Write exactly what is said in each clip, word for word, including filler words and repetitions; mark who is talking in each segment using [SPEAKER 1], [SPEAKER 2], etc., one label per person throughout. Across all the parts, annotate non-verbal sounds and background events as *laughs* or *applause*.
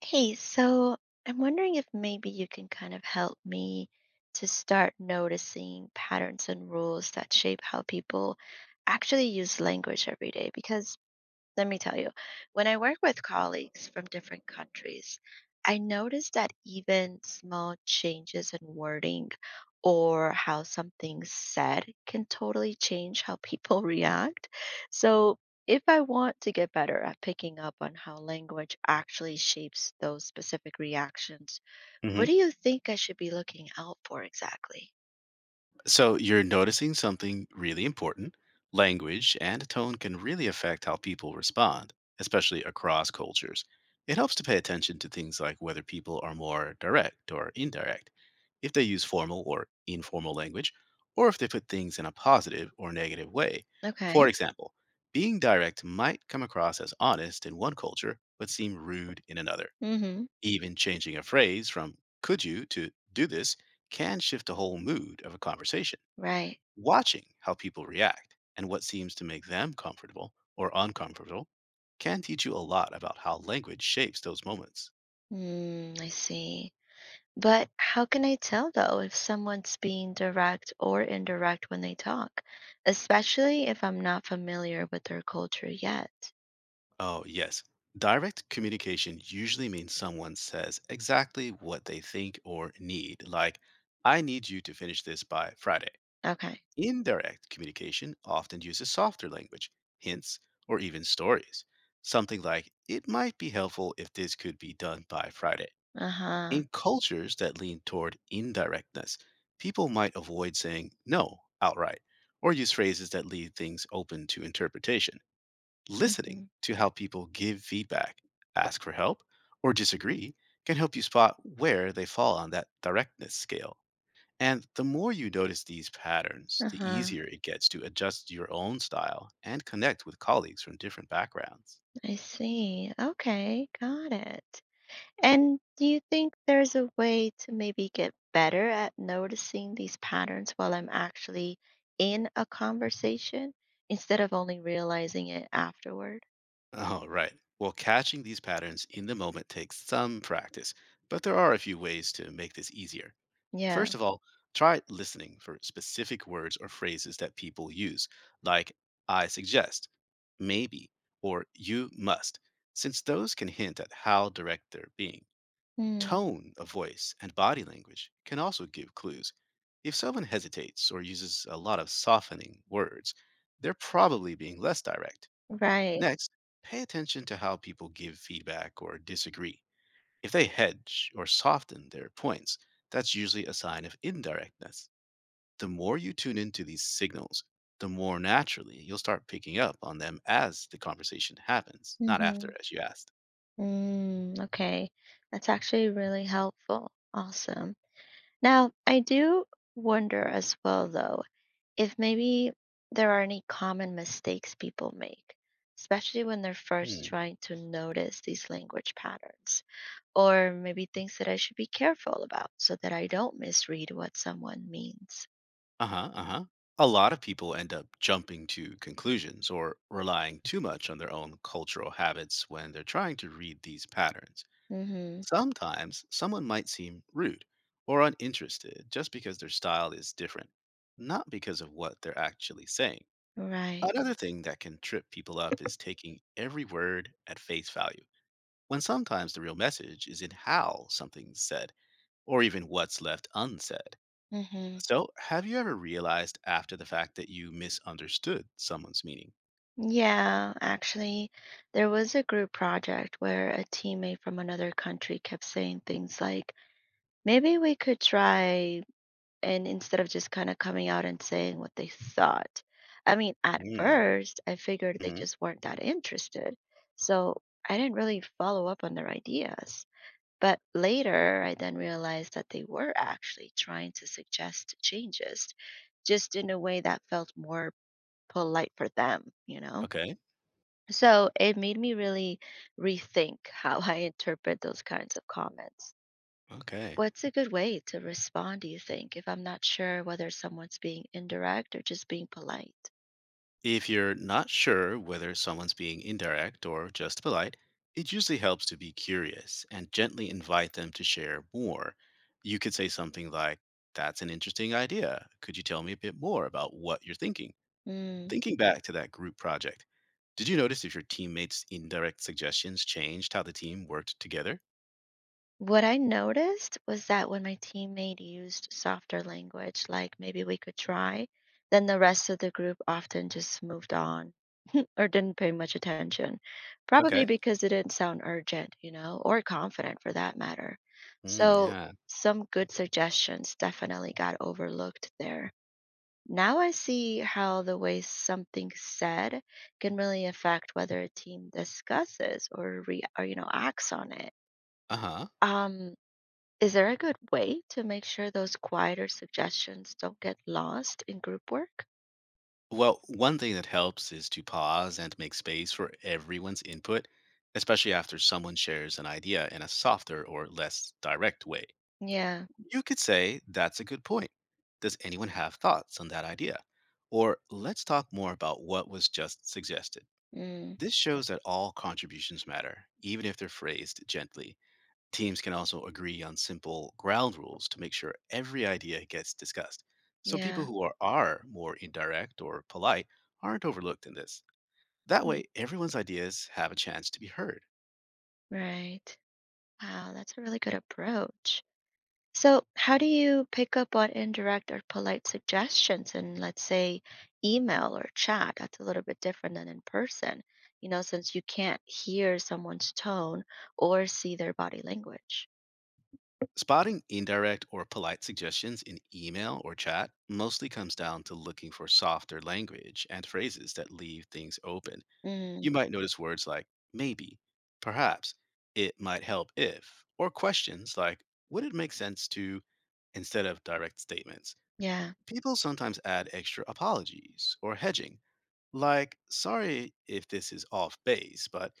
[SPEAKER 1] Hey, so I'm wondering if maybe you can kind of help me to start noticing patterns and rules that shape how people actually use language every day. Because let me tell you, when I work with colleagues from different countries, I notice that even small changes in wording or how something's said can totally change how people *laughs* react. So, if I want to get better at picking up on how language actually shapes those specific reactions, what
[SPEAKER 2] Hmm.
[SPEAKER 1] do you think I should be looking out for exactly?
[SPEAKER 2] So you're noticing something really important. Language and tone can really affect how people respond, especially across cultures. It helps to pay attention to things like whether people are more direct or indirect, if they use formal or informal language, or if they put things in a positive or negative way.
[SPEAKER 1] Okay.
[SPEAKER 2] For example, being direct might come across as honest in one culture, but seem rude in another.
[SPEAKER 1] Mm-hmm.
[SPEAKER 2] Even changing a phrase from could you to do this can shift the whole mood of a conversation.
[SPEAKER 1] Right.
[SPEAKER 2] Watching how people react and what seems to make them comfortable or uncomfortable can teach you a lot about how language shapes those moments.
[SPEAKER 1] Mm, I see. But how can I tell though if someone's being direct or indirect when they talk, especially if I'm not familiar with their culture yet?
[SPEAKER 2] Oh, yes. Direct communication usually means someone says exactly what they think or need, like, I need you to finish this by Friday.
[SPEAKER 1] Okay.
[SPEAKER 2] Indirect communication often uses softer language, hints, or even stories. Something like, it might be helpful if this could be done by Friday.
[SPEAKER 1] Uh huh.
[SPEAKER 2] In cultures that lean toward indirectness, people might avoid saying no outright or use phrases that leave things open to interpretation. Listening
[SPEAKER 1] Hmm.
[SPEAKER 2] to how people give feedback, ask for help, or disagree can help you spot where they fall on that directness scale. And the more you notice these patterns,
[SPEAKER 1] Uh
[SPEAKER 2] the
[SPEAKER 1] huh.
[SPEAKER 2] easier it gets to adjust your own style and connect with colleagues from different backgrounds.
[SPEAKER 1] I see. Okay. Got it. And do you think there's a way to maybe get better at noticing these patterns while I'm actually in a conversation instead of only realizing it afterward?
[SPEAKER 2] Oh, right. Well, catching these patterns in the moment takes some practice, but there are a few ways to make this easier.
[SPEAKER 1] Yeah.
[SPEAKER 2] First of all, try listening for specific words or phrases that people use, like I suggest, maybe, or you must, since those can hint at how direct they're being.
[SPEAKER 1] Mm,
[SPEAKER 2] Tone of voice and body language can also give clues. If someone hesitates or uses a lot of softening words, they're probably being less direct.
[SPEAKER 1] right.
[SPEAKER 2] Next, pay attention to how people give feedback or disagree. If they hedge or soften their points, that's usually a sign of indirectness. The more you tune into these signals, the more naturally you'll start picking up on them as the conversation happens, not
[SPEAKER 1] Hmm.
[SPEAKER 2] after, as you asked.
[SPEAKER 1] Mm, okay. That's actually really helpful. Awesome. Now, I do wonder as well, though, if maybe there are any common mistakes people make, especially when they're first
[SPEAKER 2] Hmm.
[SPEAKER 1] trying to notice these language patterns, or maybe things that I should be careful about so that I don't misread what someone means.
[SPEAKER 2] Uh-huh, uh-huh. A lot of people end up jumping to conclusions or relying too much on their own cultural habits when they're trying to read these patterns.
[SPEAKER 1] Mm-hmm.
[SPEAKER 2] Sometimes someone might seem rude or uninterested just because their style is different, not because of what they're actually saying.
[SPEAKER 1] Right.
[SPEAKER 2] Another thing that can trip people up is taking every word at face value, when sometimes the real message is in how something's said or even what's left unsaid.
[SPEAKER 1] Mm-hmm.
[SPEAKER 2] So, have you ever realized after the fact that you misunderstood someone's meaning?
[SPEAKER 1] Yeah, actually, there was a group project where a teammate from another country kept saying things like, maybe we could try, and instead of just kind of coming out and saying what they thought. I mean, at
[SPEAKER 2] Mm,
[SPEAKER 1] first, I figured they
[SPEAKER 2] mhm.
[SPEAKER 1] just weren't that interested. So I didn't really follow up on their ideas. But later, I then realized that they were actually trying to suggest changes, just in a way that felt more polite for them, you know?
[SPEAKER 2] Okay.
[SPEAKER 1] So it made me really rethink how I interpret those kinds of comments.
[SPEAKER 2] Okay.
[SPEAKER 1] What's a good way to respond, do you think, if I'm not sure whether someone's being indirect or just being polite?
[SPEAKER 2] If you're not sure whether someone's being indirect or just polite, it usually helps to be curious and gently invite them to share more. You could say something like, that's an interesting idea. Could you tell me a bit more about what you're thinking?
[SPEAKER 1] Hmm.
[SPEAKER 2] Thinking back to that group project, did you notice if your teammates' indirect suggestions changed how the team worked together?
[SPEAKER 1] What I noticed was that when my teammate used softer language, like maybe we could try, then the rest of the group often just moved on *laughs* or didn't pay much attention, probably
[SPEAKER 2] Okay.
[SPEAKER 1] because it didn't sound urgent, you know, or confident for that matter.
[SPEAKER 2] Mm,
[SPEAKER 1] So
[SPEAKER 2] yeah.
[SPEAKER 1] some good suggestions definitely got overlooked there. Now I see how the way something said can really affect whether a team discusses or re- or you know acts on it.
[SPEAKER 2] Uh huh.
[SPEAKER 1] Um is there a good way to make sure those quieter suggestions don't get lost in group work?
[SPEAKER 2] Well, one thing that helps is to pause and make space for everyone's input, especially after someone shares an idea in a softer or less direct way.
[SPEAKER 1] Yeah.
[SPEAKER 2] You could say, that's a good point. Does anyone have thoughts on that idea? Or let's talk more about what was just suggested.
[SPEAKER 1] Mm.
[SPEAKER 2] This shows that all contributions matter, even if they're phrased gently. Teams can also agree on simple ground rules to make sure every idea gets discussed. So
[SPEAKER 1] Yeah.
[SPEAKER 2] people who are, are more indirect or polite aren't overlooked in this. That
[SPEAKER 1] Mm.
[SPEAKER 2] way, everyone's ideas have a chance to be heard.
[SPEAKER 1] Right. Wow, that's a really good approach. So, how do you pick up on indirect or polite suggestions in, let's say, email or chat? That's a little bit different than in person, you know, since you can't hear someone's tone or see their body language.
[SPEAKER 2] Spotting indirect or polite suggestions in email or chat mostly comes down to looking for softer language and phrases that leave things open.
[SPEAKER 1] Mm.
[SPEAKER 2] You might notice words like maybe, perhaps, it might help if, or questions like would it make sense to instead of direct statements.
[SPEAKER 1] Yeah.
[SPEAKER 2] People sometimes add extra apologies or hedging, like sorry if this is off base, but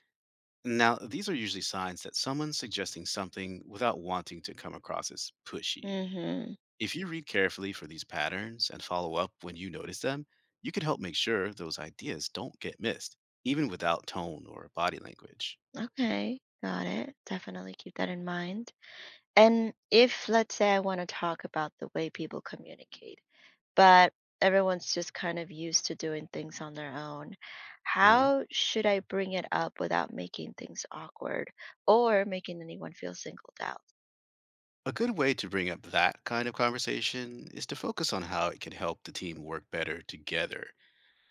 [SPEAKER 2] now these are usually signs that someone's suggesting something without wanting to come across as pushy.
[SPEAKER 1] Mhm.
[SPEAKER 2] If you read carefully for these patterns and follow up when you notice them, you can help make sure those ideas don't get missed, even without tone or body language.
[SPEAKER 1] Okay. Got it. Definitely keep that in mind. And if let's say I want to talk about the way people communicate, but everyone's just kind of used to doing things on their own,
[SPEAKER 2] Mhm.
[SPEAKER 1] how should I bring it up without making things awkward or making anyone feel singled out?
[SPEAKER 2] A good way to bring up that kind of conversation is to focus on how it can help the team work better together.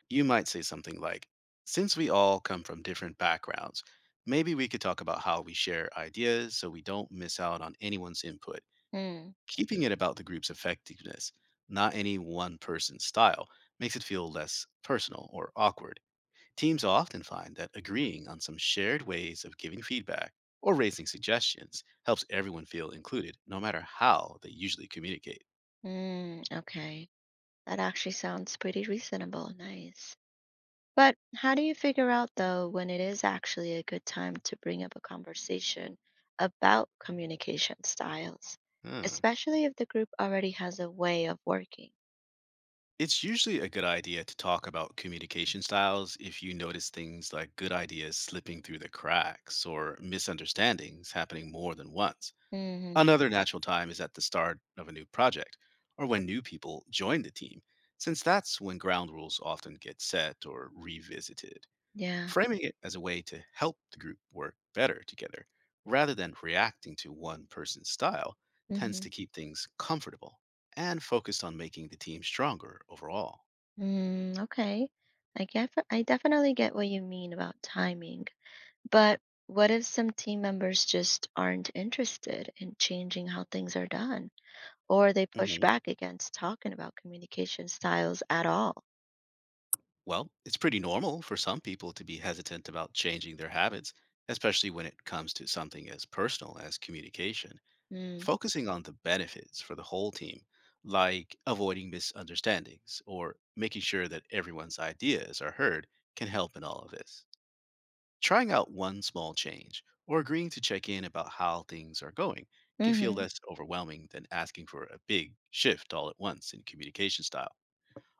[SPEAKER 2] You might say something like, since we all come from different backgrounds, maybe we could talk about how we share ideas so we don't miss out on anyone's input.
[SPEAKER 1] Hmm.
[SPEAKER 2] Keeping it about the group's effectiveness, not any one person's style, makes it feel less personal or awkward. Teams often find that agreeing on some shared ways of giving feedback or raising suggestions helps everyone feel included, no matter how they usually communicate.
[SPEAKER 1] Mm, okay. That actually sounds pretty reasonable. Nice. But how do you figure out, though, when it is actually a good time to bring up a conversation about communication styles,
[SPEAKER 2] Hmm.
[SPEAKER 1] especially if the group already has a way of working?
[SPEAKER 2] It's usually a good idea to talk about communication styles if you notice things like good ideas slipping through the cracks or misunderstandings happening more than once.
[SPEAKER 1] Mm-hmm.
[SPEAKER 2] Another natural time is at the start of a new project or when new people join the team, since that's when ground rules often get set or revisited.
[SPEAKER 1] Yeah.
[SPEAKER 2] Framing it as a way to help the group work better together rather than reacting to one person's style tends
[SPEAKER 1] Mm-hmm.
[SPEAKER 2] to keep things comfortable and focused on making the team stronger overall.
[SPEAKER 1] Mm, okay. I get, I definitely get what you mean about timing. But what if some team members just aren't interested in changing how things are done, or they push
[SPEAKER 2] Mhm.
[SPEAKER 1] back against talking about communication styles at all?
[SPEAKER 2] Well, it's pretty normal for some people to be hesitant about changing their habits, especially when it comes to something as personal as communication.
[SPEAKER 1] Mm,
[SPEAKER 2] Focusing on the benefits for the whole team, like avoiding misunderstandings or making sure that everyone's ideas are heard, can help in all of this. Trying out one small change or agreeing to check in about how things are going can feel
[SPEAKER 1] mm-hmm.
[SPEAKER 2] less overwhelming than asking for a big shift all at once in communication style.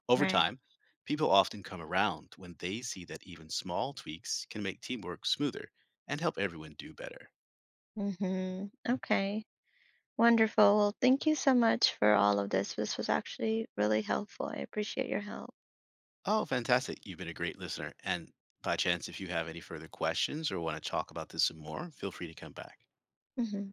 [SPEAKER 2] Over
[SPEAKER 1] Right.
[SPEAKER 2] time, people often come around when they see that even small tweaks can make teamwork smoother and help everyone do better.
[SPEAKER 1] Mm-hmm. Okay. Wonderful. Well, thank you so much for all of this. This was actually really helpful. I appreciate your help.
[SPEAKER 2] Oh, fantastic. You've been a great listener. And by chance, if you have any further questions or want to talk about this some more, feel free to come back.
[SPEAKER 1] Hmm.